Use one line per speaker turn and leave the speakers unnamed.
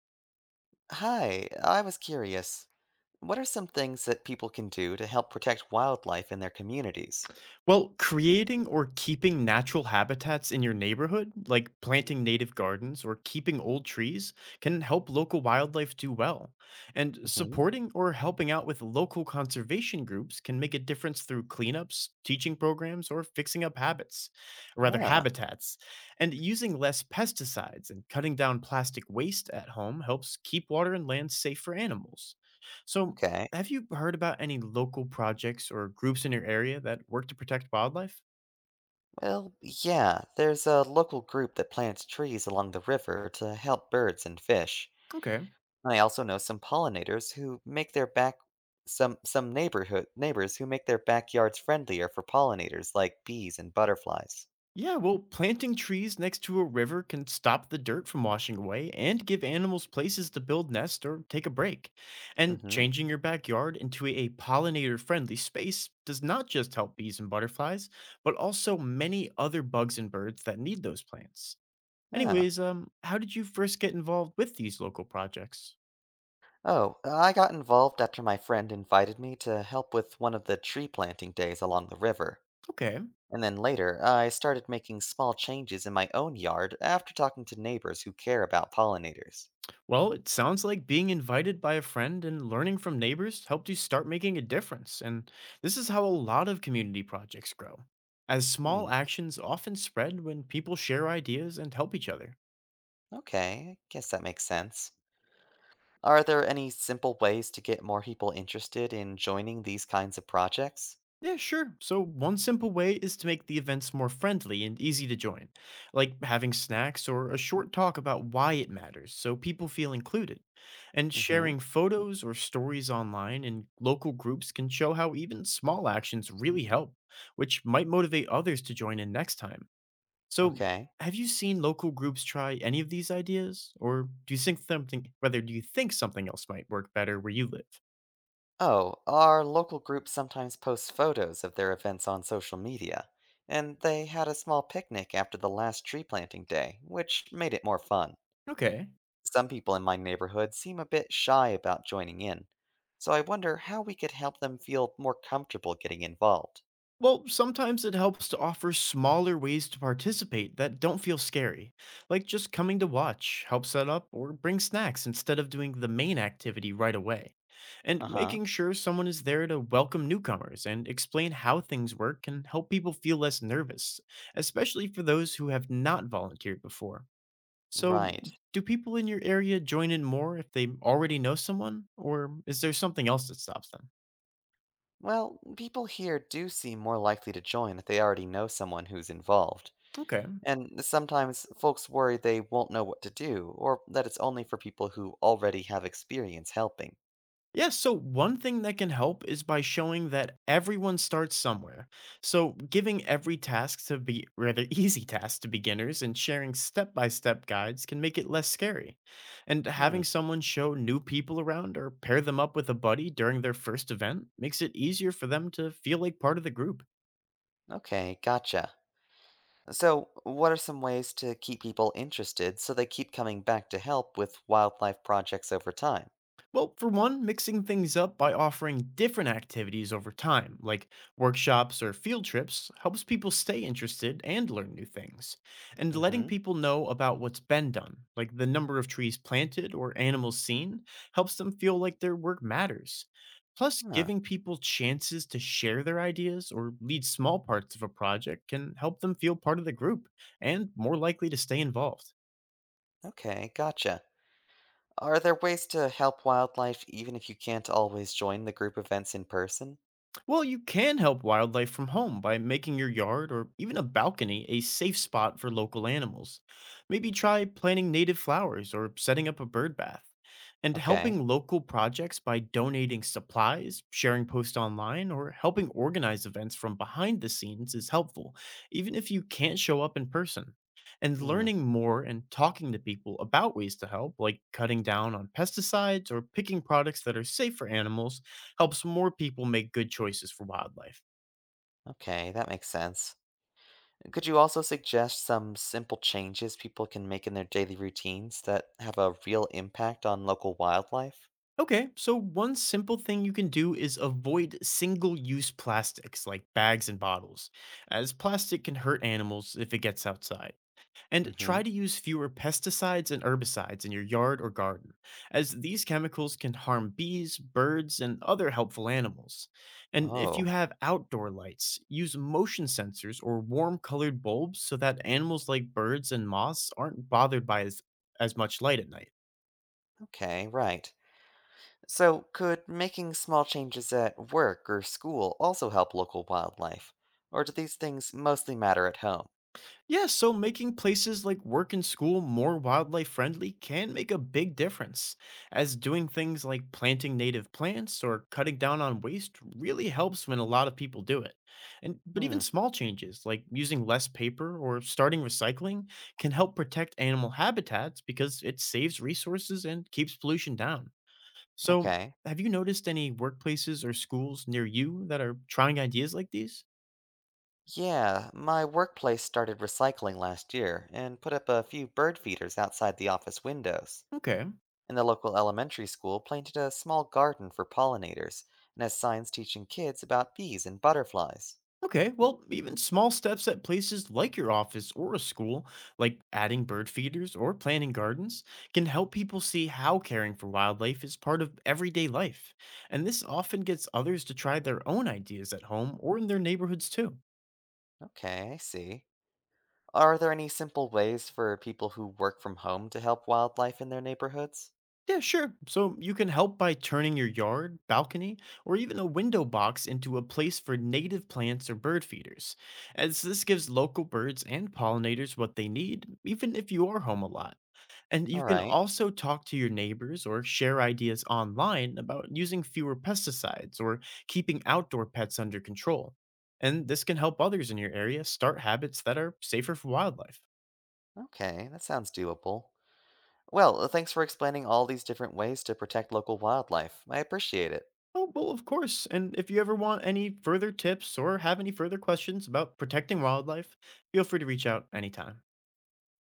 Hi, I was curious. What are some things that people can do to help protect wildlife in their communities?
Well, creating or keeping natural habitats in your neighborhood, like planting native gardens or keeping old trees, can help local wildlife do well. And
Hmm.
supporting or helping out with local conservation groups can make a difference through cleanups, teaching programs, or fixing up habits, or rather,
Ah,
habitats. And using less pesticides and cutting down plastic waste at home helps keep water and land safe for animals. So,
okay.
have you heard about any local projects or groups in your area that work to protect wildlife?
Well, yeah, there's a local group that plants trees along the river to help birds and fish.
Okay.
I also know some pollinators who make their back some neighborhood neighbors who make their backyards friendlier for pollinators like bees and butterflies.
Yeah, well, planting trees next to a river can stop the dirt from washing away and give animals places to build nests or take a break. And
Mm-hmm.
changing your backyard into a pollinator friendly space does not just help bees and butterflies, but also many other bugs and birds that need those plants.
Ah.
Anyways, how did you first get involved with these local projects?
Oh, I got involved after my friend invited me to help with one of the tree planting days along the river.
Okay.
And then later, I started making small changes in my own yard after talking to neighbors who care about pollinators.
Well, it sounds like being invited by a friend and learning from neighbors helped you start making a difference. And this is how a lot of community projects grow, as small
Hmm,
actions often spread when people share ideas and help each other.
okay, guess that makes sense. Are there any simple ways to get more people interested in joining these kinds of projects?
Yeah, sure. So, one simple way is to make the events more friendly and easy to join, like having snacks or a short talk about why it matters so people feel included. And
Mm hmm.
sharing photos or stories online in local groups can show how even small actions really help, which might motivate others to join in next time. So,
Okay.
have you seen local groups try any of these ideas or do you think something else might work better where you live?
Oh, our local group sometimes posts photos of their events on social media, and they had a small picnic after the last tree planting day, which made it more fun.
Okay.
Some people in my neighborhood seem a bit shy about joining in, so I wonder how we could help them feel more comfortable getting involved.
Well, sometimes it helps to offer smaller ways to participate that don't feel scary, like just coming to watch, help set up, or bring snacks instead of doing the main activity right away. And
Uh huh,
making sure someone is there to welcome newcomers and explain how things work can help people feel less nervous, especially for those who have not volunteered before. So,
right.
do people in your area join in more if they already know someone, or is there something else that stops them?
Well, people here do seem more likely to join if they already know someone who's involved.
Okay.
And sometimes folks worry they won't know what to do, or that it's only for people who already have experience helping.
Yeah, so one thing that can help is by showing that everyone starts somewhere. So giving every task to be rather easy tasks to beginners and sharing step-by-step guides can make it less scary. And
Hmm,
having someone show new people around or pair them up with a buddy during their first event makes it easier for them to feel like part of the group.
okay, gotcha. So, what are some ways to keep people interested so they keep coming back to help with wildlife projects over time?
Well, for one, mixing things up by offering different activities over time, like workshops or field trips, helps people stay interested and learn new things. And letting
Mm-hmm.
people know about what's been done, like the number of trees planted or animals seen, helps them feel like their work matters. Plus,
Huh,
giving people chances to share their ideas or lead small parts of a project can help them feel part of the group and more likely to stay involved.
okay, gotcha. Are there ways to help wildlife even if you can't always join the group events in person?
Well, you can help wildlife from home by making your yard or even a balcony a safe spot for local animals. Maybe try planting native flowers or setting up a bird bath. And
Okay.
helping local projects by donating supplies, sharing posts online, or helping organize events from behind the scenes is helpful, even if you can't show up in person. And
Hmm,
learning more and talking to people about ways to help, like cutting down on pesticides or picking products that are safe for animals, helps more people make good choices for wildlife.
okay, that makes sense. Could you also suggest some simple changes people can make in their daily routines that have a real impact on local wildlife?
Okay, so one simple thing you can do is avoid single use plastics like bags and bottles, as plastic can hurt animals if it gets outside. And
Mm-hmm.
try to use fewer pesticides and herbicides in your yard or garden, as these chemicals can harm bees, birds, and other helpful animals. And if you
Oh,
have outdoor lights, use motion sensors or warm colored bulbs so that animals like birds and moths aren't bothered by as much light at night.
okay, right. So, could making small changes at work or school also help local wildlife? Or do these things mostly matter at home?
Yeah, so making places like work and school more wildlife friendly can make a big difference, as doing things like planting native plants or cutting down on waste really helps when a lot of people do it. And but even
Hmm,
small changes like using less paper or starting recycling can help protect animal habitats because it saves resources and keeps pollution down. So,
okay.
have you noticed any workplaces or schools near you that are trying ideas like these?
Yeah, my workplace started recycling last year and put up a few bird feeders outside the office windows.
Okay.
And the local elementary school planted a small garden for pollinators and has signs teaching kids about bees and butterflies.
Okay, well, even small steps at places like your office or a school, like adding bird feeders or planting gardens, can help people see how caring for wildlife is part of everyday life. And this often gets others to try their own ideas at home or in their neighborhoods too.
Okay, I see. Are there any simple ways for people who work from home to help wildlife in their neighborhoods?
Yeah, sure. So you can help by turning your yard, balcony, or even a window box into a place for native plants or bird feeders, as this gives local birds and pollinators what they need, even if you are home a lot. And you
All
can
right.
also talk to your neighbors or share ideas online about using fewer pesticides or keeping outdoor pets under control. And this can help others in your area start habits that are safer for wildlife.
Okay, that sounds doable. Well, thanks for explaining all these different ways to protect local wildlife. I appreciate it.
Oh, well, of course. And if you ever want any further tips or have any further questions about protecting wildlife, feel free to reach out anytime.